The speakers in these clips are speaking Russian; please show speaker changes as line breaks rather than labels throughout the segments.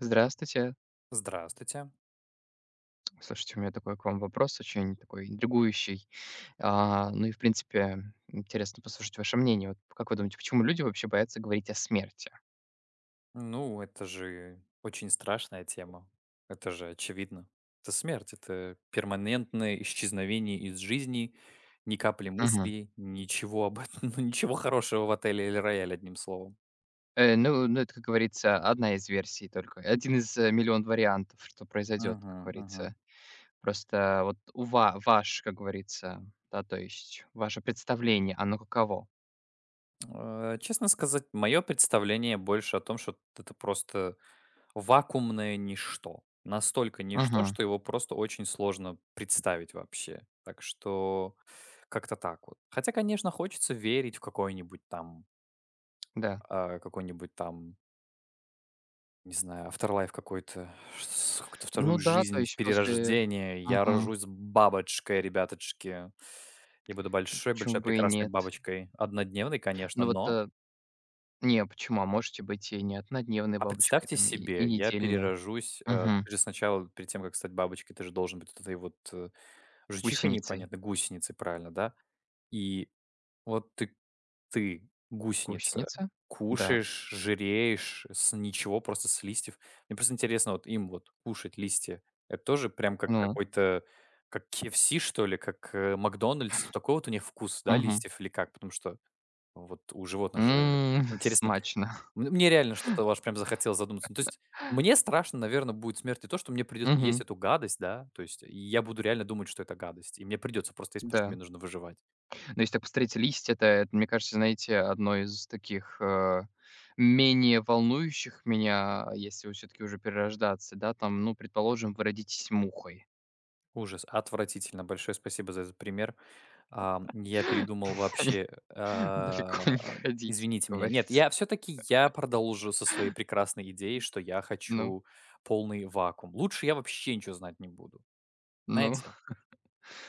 Здравствуйте.
Здравствуйте.
Слушайте, у меня такой к вам вопрос, очень такой интригующий. Ну и, в принципе, интересно послушать ваше мнение. Вот как вы думаете, почему люди вообще боятся говорить о смерти?
Ну, это же очень страшная тема. Это же очевидно. Это смерть, это перманентное исчезновение из жизни, ни капли
Мгм.
мыслей, ничего об этом, ну, ничего хорошего в отеле или рояле, одним словом.
Это, как говорится, одна из версий только. Один из миллион вариантов, что произойдет, как
Мгм, мгм.
говорится. Просто вот ваш, как говорится, да, то есть ваше представление, оно каково?
Честно сказать, мое представление больше о том, что это просто вакуумное ничто. Настолько ничто,
Мгм.
что его просто очень сложно представить вообще. Так что как-то так вот. Хотя, конечно, хочется верить в какой-нибудь там,
Да.
а, какой-нибудь там, не знаю, afterlife какой-то, с какую-то вторую
Ну да, то
жизнь, в
есть после.
перерождение. Я
Мгм.
рожусь бабочкой, ребяточки. Я буду большой-большой
Почему бы и
прекрасной
нет?
бабочкой. Однодневной, конечно,
Ну вот
но
э, Не, почему? А можете быть и не однодневной
А
бабочкой,
представьте
там, и
себе, я
недельной.
перерожусь,
Мгм.
ты же сначала, перед тем, как стать бабочкой, ты же должен быть вот этой вот, жичихой
Гусеницей.
непонятной, гусеницей, правильно, да? И вот ты гусеница,
Гусеница? Да.
кушаешь, жиреешь с ничего, просто с листьев. Мне просто интересно, вот им вот кушать листья- это тоже прям как
Ну.
какой-то, как KFC, что ли, как, "Макдональдс"? Вот такой вот у них вкус, да,
Мгм.
листьев или как? Потому что вот у животных же
М,
интересно
смачно.
Мне реально что-то аж прям захотелось задуматься. Ну, то есть мне страшно, наверное, будет смерть и то, что мне придется есть
Мгм.
эту гадость, да. То есть и я буду реально думать, что это гадость, и мне придется просто есть, потому что мне
Да.
нужно выживать.
Но если так посмотреть, листья это, мне кажется, знаете, одно из таких, менее волнующих меня, если вот всё-таки уже перерождаться, да, там, ну, предположим, вы родитесь мухой.
Ужас, отвратительно. Большое спасибо за этот пример. Я передумал вообще, а,
Далеко не ходить,
извините
как
меня. Нет,
говорится.
я все таки я продолжу со своей прекрасной идеей, что я
Ну,
хочу полный вакуум. Лучше я вообще ничего знать не буду.
ну.
Знаете?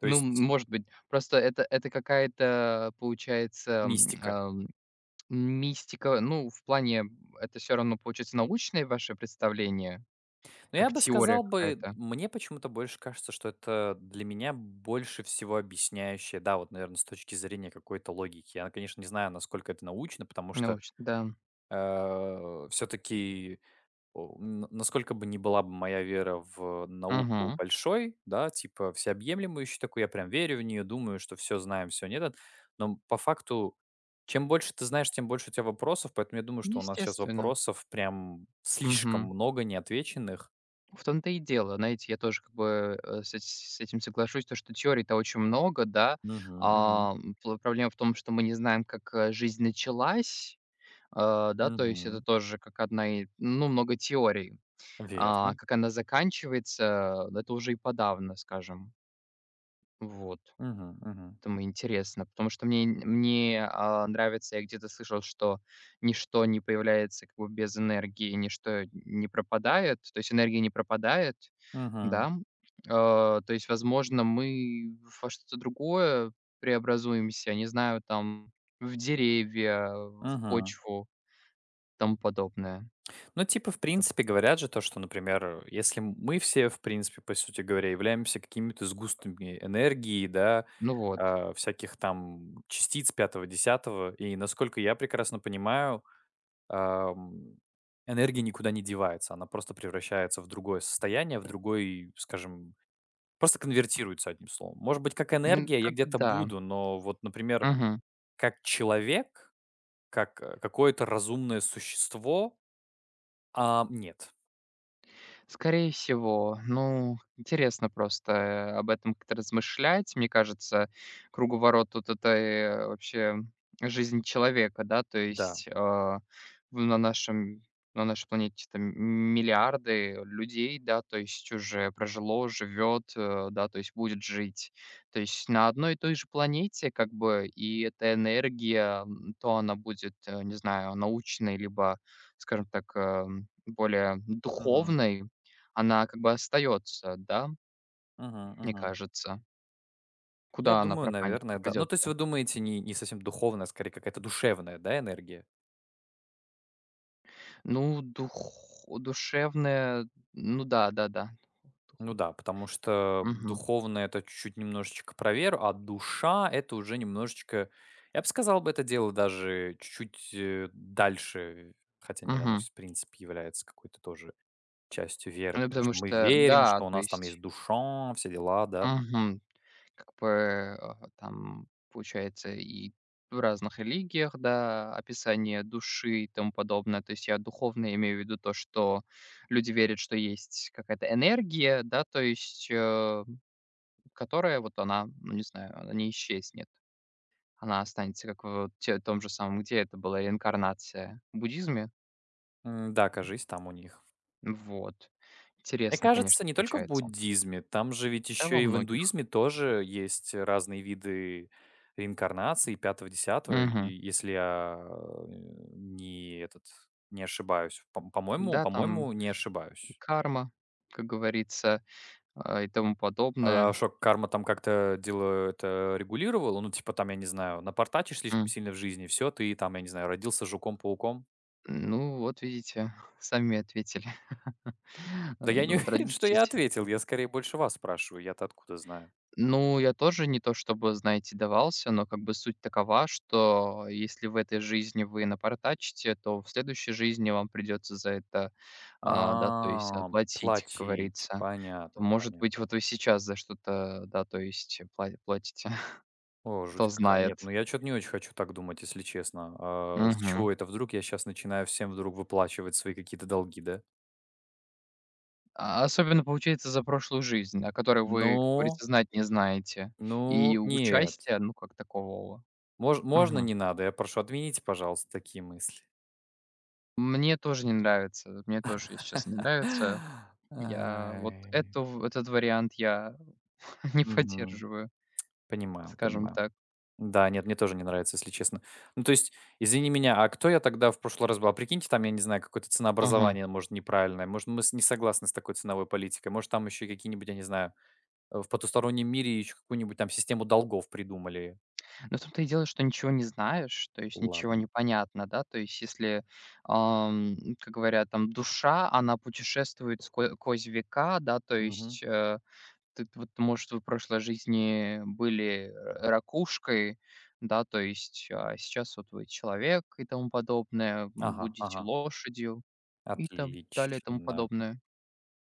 То
Ну,
есть
может быть, просто это какая-то, получается,
мистика.
мистика. Ну, в плане, это все равно, получается, научное ваше представление,
Ну, я
как
бы
теория
сказал бы,
какая-то
мне почему-то больше кажется, что это для меня больше всего объясняющее, да, вот, наверное, с точки зрения какой-то логики. Я, конечно, не знаю, насколько это научно, потому что
науч да.
все-таки, насколько бы ни была бы моя вера в науку
Мгм.
большой, да, типа всеобъемлемую еще такую, я прям верю в нее, думаю, что все знаем, все нет, но по факту чем больше ты знаешь, тем больше у тебя вопросов, поэтому я думаю, что у нас сейчас
Естественно.
вопросов прям слишком
Мгм.
много неотвеченных.
В том-то и дело. Знаете, я тоже как бы, с этим соглашусь, то, что теорий-то очень много, да.
Мгм, мгм,
Ам, пл Проблема в том, что мы не знаем, как, жизнь началась, да, то есть это
мгм.
тоже как одна и ну, много теорий. А
Верно.
как она заканчивается, да, это уже и подавно, скажем. Вот.
Мгм, мгм,
Поэтому интересно, потому что мне, нравится, я где-то слышал, что ничто не появляется как бы без энергии, ничто не пропадает, то есть энергия не пропадает,
мгм,
да. То есть, возможно, мы во что-то другое преобразуемся, не знаю, там, в деревья, в
мгм.
почву, тому подобное.
Ну, типа, в
Как
принципе, говорят же то, что, например, если мы все, в принципе, по сути говоря, являемся какими-то сгустками энергии, да,
ну вот.
всяких там частиц пятого десятого и, насколько я прекрасно понимаю, ам, энергия никуда не девается, она просто превращается в другое состояние, в другой, скажем, просто конвертируется, одним словом. Может быть, как
М,
энергия я
как бы
где-то
да.
буду, но вот, например,
Мгм.
как человек, как, какое-то разумное существо, а нет.
Скорее всего. Ну, интересно просто, об этом как-то размышлять. Мне кажется, круговорот это, вообще жизнь человека, да. То
Да.
есть, в на нашем на нашей планете там миллиарды людей, да, то есть уже прожило, живет, да, то есть будет жить. То есть на одной и той же планете как бы и эта энергия, то она будет, не знаю, научной, либо, скажем так, более
Мгм.
духовной. Она как бы остается, да,
Мгм.
мне
Мгм.
кажется.
Я
Куда она
думаю,
пропанет
наверное, да. Ну, то есть
пропадет-то?
вы думаете, не совсем духовная, а скорее какая-то душевная, да, энергия?
Ну, дух Душевная, ну да, да-да.
Ну
Духов
да, потому что
Мгм,
духовная- это чуть-чуть немножечко про веру, а душа- это уже немножечко, я бы сказал бы, это дело даже чуть-чуть, дальше, хотя нет, оно,
мгм.
в принципе, является какой-то тоже частью веры,
Ну,
потому
потому
что мы
что,
верим,
да,
что у
то
нас там есть
есть
душа, все дела, да.
мгм. Как бы, там, получается, и в разных религиях, да, описание души и тому подобное. То есть я духовно имею в виду то, что люди верят, что есть какая-то энергия, да, то есть, которая вот она, ну, не знаю, она не исчезнет. Она останется как в вот те том же самом, где это была реинкарнация в буддизме.
М, да, кажись, там у них.
Вот.
Мне
Интересно,
кажется,
конечно,
не только в
получается.
буддизме, там же ведь
Да, во
еще и в
многих.
индуизме тоже есть разные виды реинкарнации пятого, десятого, и
Мгм.
если я, не этот, не ошибаюсь. По по-моему
Да, там
по-моему, не
и
ошибаюсь.
карма, как говорится, и тому
А
подобное.
что карма там как-то дело это регулировала? Ну, типа там, я не знаю, напортачишь слишком
М.
сильно в жизни, все, ты там, я не знаю, родился жуком-пауком.
Ну, вот видите, сами ответили.
Да я
Ну
не
вот
уверен, что я
родитесь.
ответил, я скорее больше вас спрашиваю, я-то откуда знаю?
Ну, я тоже не то чтобы, знаете, давался, но как бы суть такова, что если в этой жизни вы напортачите, то в следующей жизни вам придется за это, да, то есть
А,
платить, как
платить.
говорится. То,
Понятно,
может быть,
понятно.
вот вы сейчас за что-то, да, то есть платите,
О, жуть
кто
какая. Нет,
знает.
ну я что то не очень хочу так думать, если честно. А, с
Мгм.
чего это вдруг я сейчас начинаю всем вдруг выплачивать свои какие-то долги, да?
А особенно получается за прошлую жизнь, о которой вы, как
Ну,
говорится, знать не знаете.
ну,
И
нет.
участия, ну, как такового.
Можно
Мгм.
не надо? Я прошу, отмените, пожалуйста, такие мысли.
Мне тоже не нравится. Мне тоже, если честно, не нравится. Я вот
Ай.
эту этот вариант я не
Мгм.
поддерживаю,
Понимаю,
скажем
понимаю.
так.
Да, нет, мне тоже не нравится, если честно. Ну, то есть, извини меня, а кто я тогда в прошлый раз был? А прикиньте, там, я не знаю, какое-то
Ага.
ценообразование, может, неправильное. Может, мы с- не согласны с такой ценовой политикой. Может, там еще какие-нибудь, я не знаю, в потустороннем мире еще какую-нибудь там систему долгов придумали.
Но в том-то и дело, что ничего не знаешь, то есть ничего
Ладно.
не понятно, да. То есть если, как говорят, там душа, она путешествует ско сквозь века, да, то
Мгм.
есть, вот, может, вы в прошлой жизни были ра ракушкой, да, то есть, а сейчас вот вы человек и тому подобное,
Ага,
будете
ага.
лошадью и там далее и тому
Отлично.
подобное.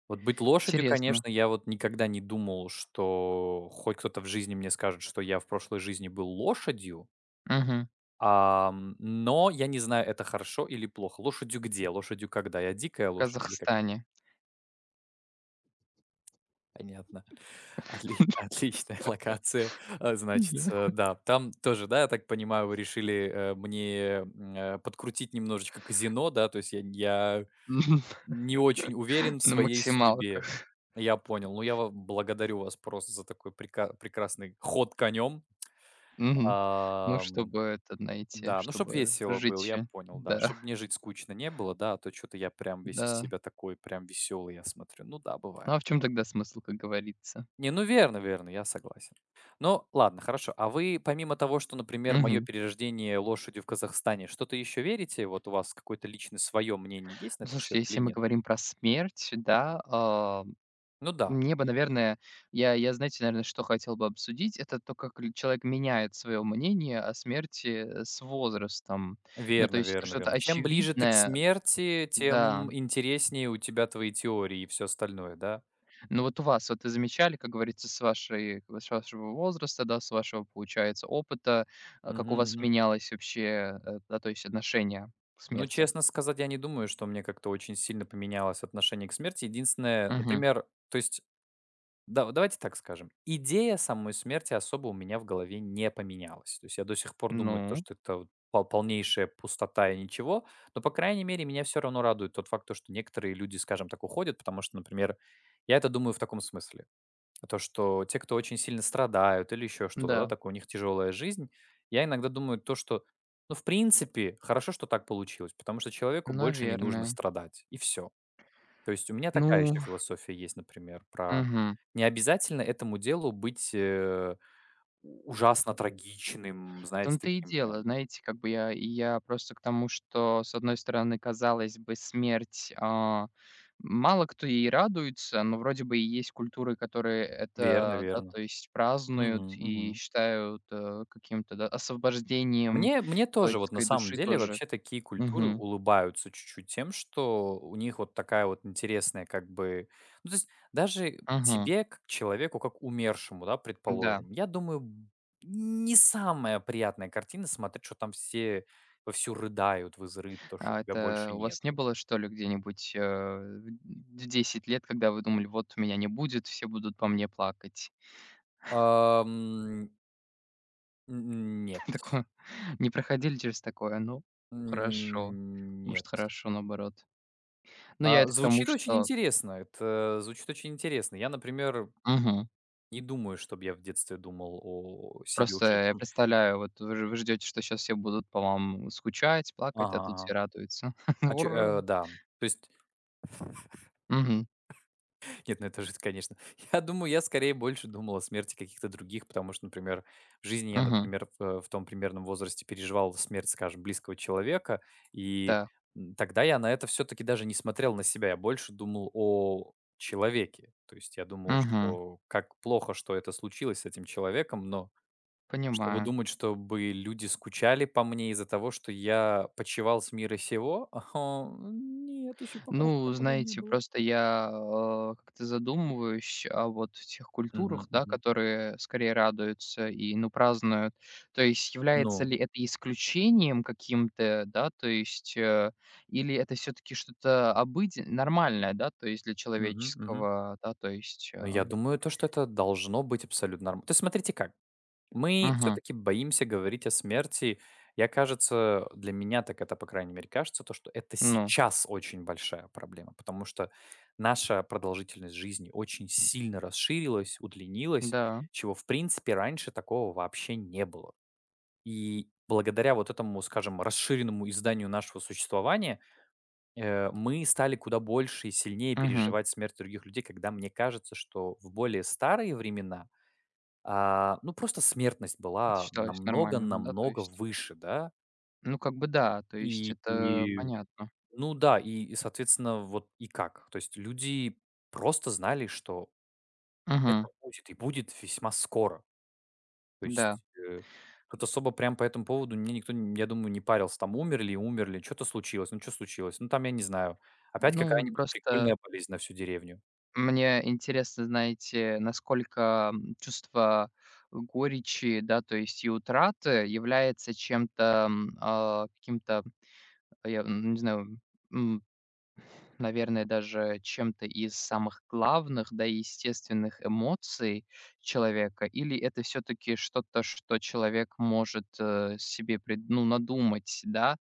Вот быть лошадью,
Интересно.
конечно, я вот никогда не думал, что хоть кто-то в жизни мне скажет, что я в прошлой жизни был лошадью.
Мгм.
Но я не знаю, это хорошо или плохо. Лошадью где? Лошадью когда? Я дикая лошадь или как?
Казахстане.
Понятно. Отли отличная локация. А,
Мгм.
значится, да, там тоже, да, я так понимаю, вы решили, мне, подкрутить немножечко казино, да? То есть я
Мгм.
не очень уверен в
На
своей судьбе.
максималках.
Я понял. Ну, я ва благодарю вас просто за такой прека прекрасный ход конем.
Мгм. Ну,
Ам
чтобы это найти,
Да, ну, чтобы
чтобы
весело
жить
было, я
еще.
понял, да,
Да,
чтобы мне жить скучно не было, да, а то что то я прям весь из
да.
себя такой прям веселый, я смотрю. Ну да, бывает.
Ну, а в чем тогда смысл, как говорится?
Не, ну верно, верно, я согласен. Ну ладно, хорошо. А вы помимо того, что, например, мое
Мгм.
перерождение лошадью в Казахстане, что-то еще верите? Вот у вас какое-то личное свое мнение есть на
Ну,
этот
слушайте,
счет или
если мы
нет?
говорим про смерть, да,
Ну да,
мне бы, наверное, знаете, наверное, что хотел бы обсудить, это то, как ль человек меняет свое мнение о смерти, с возрастом. Ну,
верно,
то есть это
верно,
что-то
верно. Чем ближе ты к
очевидное,
смерти,
да.
тем интереснее у тебя твои теории и все остальное, да?
Ну вот у вас, вот вы замечали, как говорится, с вашей вот с вашего возраста, да, с вашего, получается, опыта, как у
Мгм,
вас
мгм.
менялось вообще, да, то есть отношение к
Ну,
смерти?
честно сказать, я не думаю, что мне как-то очень сильно поменялось отношение к смерти. Единственное,
Мгм.
например, то есть, да, давайте так скажем, идея самой смерти особо у меня в голове не поменялась. То есть я до сих пор думаю, то,
Ну
что это вот полнейшая пустота и ничего, но, по крайней мере, меня все равно радует тот факт, то, что некоторые люди, скажем так, уходят, потому что, например, я это думаю в таком смысле. То, что те, кто очень сильно страдают или еще что-то, да,
да,
такое, у них тяжелая жизнь. Я иногда думаю то, что, ну, в принципе, хорошо, что так получилось, потому что человеку больше не нужно
наверное.
страдать, и все. То есть у меня такая
Ну,
еще философия есть, например, про
мгм.
не обязательно этому делу быть ужасно трагичным,
В
знаете,
том-то и
таким
дело.
прям.
Знаете, как бы я просто к тому, что, с одной стороны, казалось бы, смерть, мало кто ей радуется, но вроде бы и есть культуры, которые
Верно,
это, да,
верно.
то есть празднуют
Мгм,
и
мгм.
считают, каким-то, да, освобождением
Мне тоже вот на
человеческой
самом
души
деле
тоже.
вообще такие культуры
Мгм.
улыбаются чуть-чуть тем, что у них вот такая вот интересная как бы Ну, то есть даже
Мгм.
тебе, как человеку, как умершему, да,
Да.
предположим, я думаю, не самая приятная картина смотреть, что там все вовсю рыдают в то, что
А
тебя больше
это у вас не
нету.
было, что ли, где-нибудь, в 10 лет, когда вы думали: "Вот меня не будет, все будут по мне плакать"?
Ам, Нет.
Такое не проходили через такое? Ну, хорошо.
М,
Может,
нет.
хорошо, наоборот. Ну, я
А,
это к тому,
звучит очень
что
интересно. Это звучит очень интересно. Я, например,
мгм.
не думаю, чтобы я в детстве думал о себе
Просто я
ушедшем.
представляю, вот вы ждете, что сейчас все будут по вам скучать, плакать,
Ага,
а тут все
ага.
радуются.
А чё,
Ура!
да. То есть,
Мгм.
нет, ну это же, конечно. Я думаю, я скорее больше думал о смерти каких-то других, потому что, например, в жизни я,
Мгм.
например, в том примерном возрасте переживал смерть, скажем, близкого человека, и
Да.
тогда я на это все-таки даже не смотрел на себя, я больше думал о человеке. То есть я думал,
Мгм.
что как плохо, что это случилось с этим человеком, но чтобы
Понимаю.
думать, чтобы люди скучали по мне из-за того, что я почивал с мира сего? Ага, нет, еще пока что
Ну,
такого не
знаете,
было.
просто я, как-то задумываюсь о вот тех культурах,
Мгм,
да,
мгм.
которые скорее радуются и, ну, празднуют. То есть является
Ну,
ли это исключением каким-то, да, то есть, или это все таки что-то обыден нормальное, да, то есть для
мгм, мгм.
человеческого, да, то есть,
Но я думаю, то, что это должно быть абсолютно норм То есть смотрите как. Мы
мгм,
все-таки боимся говорить о смерти. Я, кажется, для меня так это, по крайней мере, кажется, то, что это
ну
сейчас очень большая проблема, потому что наша продолжительность жизни очень сильно расширилась, удлинилась,
да,
чего, в принципе, раньше такого вообще не было. И благодаря вот этому, скажем, расширенному изданию нашего существования, мы стали куда больше и сильнее
мгм.
переживать смерть других людей, когда мне кажется, что в более старые времена ну, просто смертность
Это
была
считалось
намного
нормальным, да, то
намного
есть.
выше, да.
Ну, как бы да, то есть
И
это
и,
понятно.
ну да, и, соответственно, вот и как? То есть люди просто знали, что
Мгм,
это будет и будет весьма скоро. То
да.
есть, тут особо прям по этому поводу мне никто, н я думаю, не парился. Там умерли умерли, что то случилось, ну что случилось, ну там, я не знаю, опять
Ну,
какая-нибудь
просто
прикольная болезнь на всю деревню.
мне интересно, знаете, насколько, чувство горечи, да, то есть и утраты является чем-то, каким-то, не знаю, м, наверное, даже чем-то из самых главных, да, и естественных эмоций человека, или это все таки что-то, что человек может, себе прид ну, надумать, да?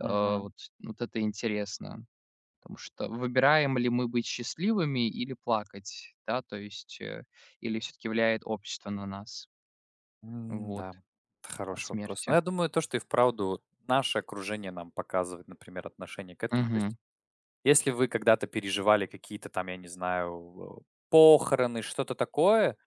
Э, вот вот это интересно. Потому что выбираем ли мы быть счастливыми или плакать, да, то есть, или все таки влияет общество на нас,
М,
вот,
да, это
о
хороший вопрос. Но
смерти.
я думаю, то, что и вправду наше окружение нам показывает, например, отношение к этому. То есть,
Мгм.
если вы когда-то переживали какие-то там, я не знаю, похороны, что-то такое,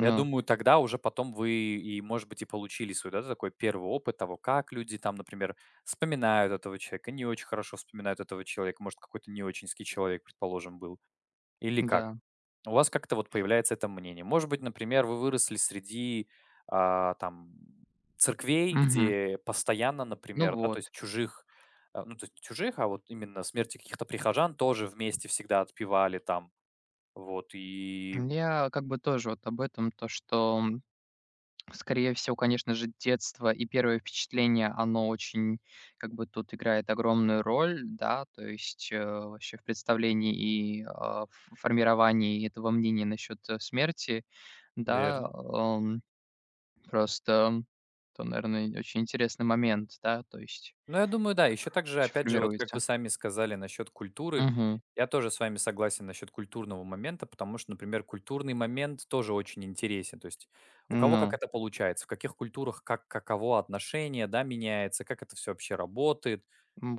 я
Ну
думаю, тогда уже потом вы и, может быть, и получили свой, да, такой первый опыт того, как люди там, например, вспоминают этого человека, не очень хорошо вспоминают этого человека, может, какой-то не очень ский человек, предположим, был, или как?
да.
У вас как-то вот появляется это мнение. Может быть, например, вы выросли среди, там, церквей,
Мгм.
где постоянно,
Ну
например, да, то есть
вот.
чужих, ну, то есть не чужих, а вот именно смерти каких-то прихожан тоже вместе всегда отпевали там. Вот и,
Я как бы тоже вот об этом, то что, скорее всего, конечно же, детство и первое впечатление, оно очень как бы тут играет огромную роль, да, то есть, вообще в представлении и, в формировании этого мнения насчет, смерти, да,
наверно.
просто то, наверное, очень интересный момент, да, то есть
Ну, я думаю, да. Еще
как
также,
вообще
опять же, вот как вы
формируется.
сами сказали насчет культуры,
Мгм.
я тоже с вами согласен насчет культурного момента, потому что, например, культурный момент тоже очень интересен. То есть у кого как
Ну,
это получается, в каких культурах как каково отношение, да, меняется, как это все вообще работает.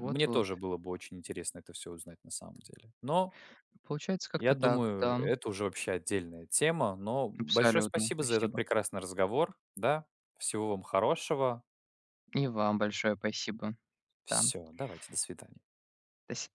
Мне
вот-вот.
тоже было бы очень интересно это все узнать на самом деле. Но
Получается
я
как-то так,
думаю,
да, ну,
это уже вообще отдельная тема. Но большое
абсолютно.
спасибо за этот
Спасибо.
прекрасный разговор, да. Всего вам хорошего.
И вам большое спасибо. Да.
Все, давайте, до свидания.
До свидания.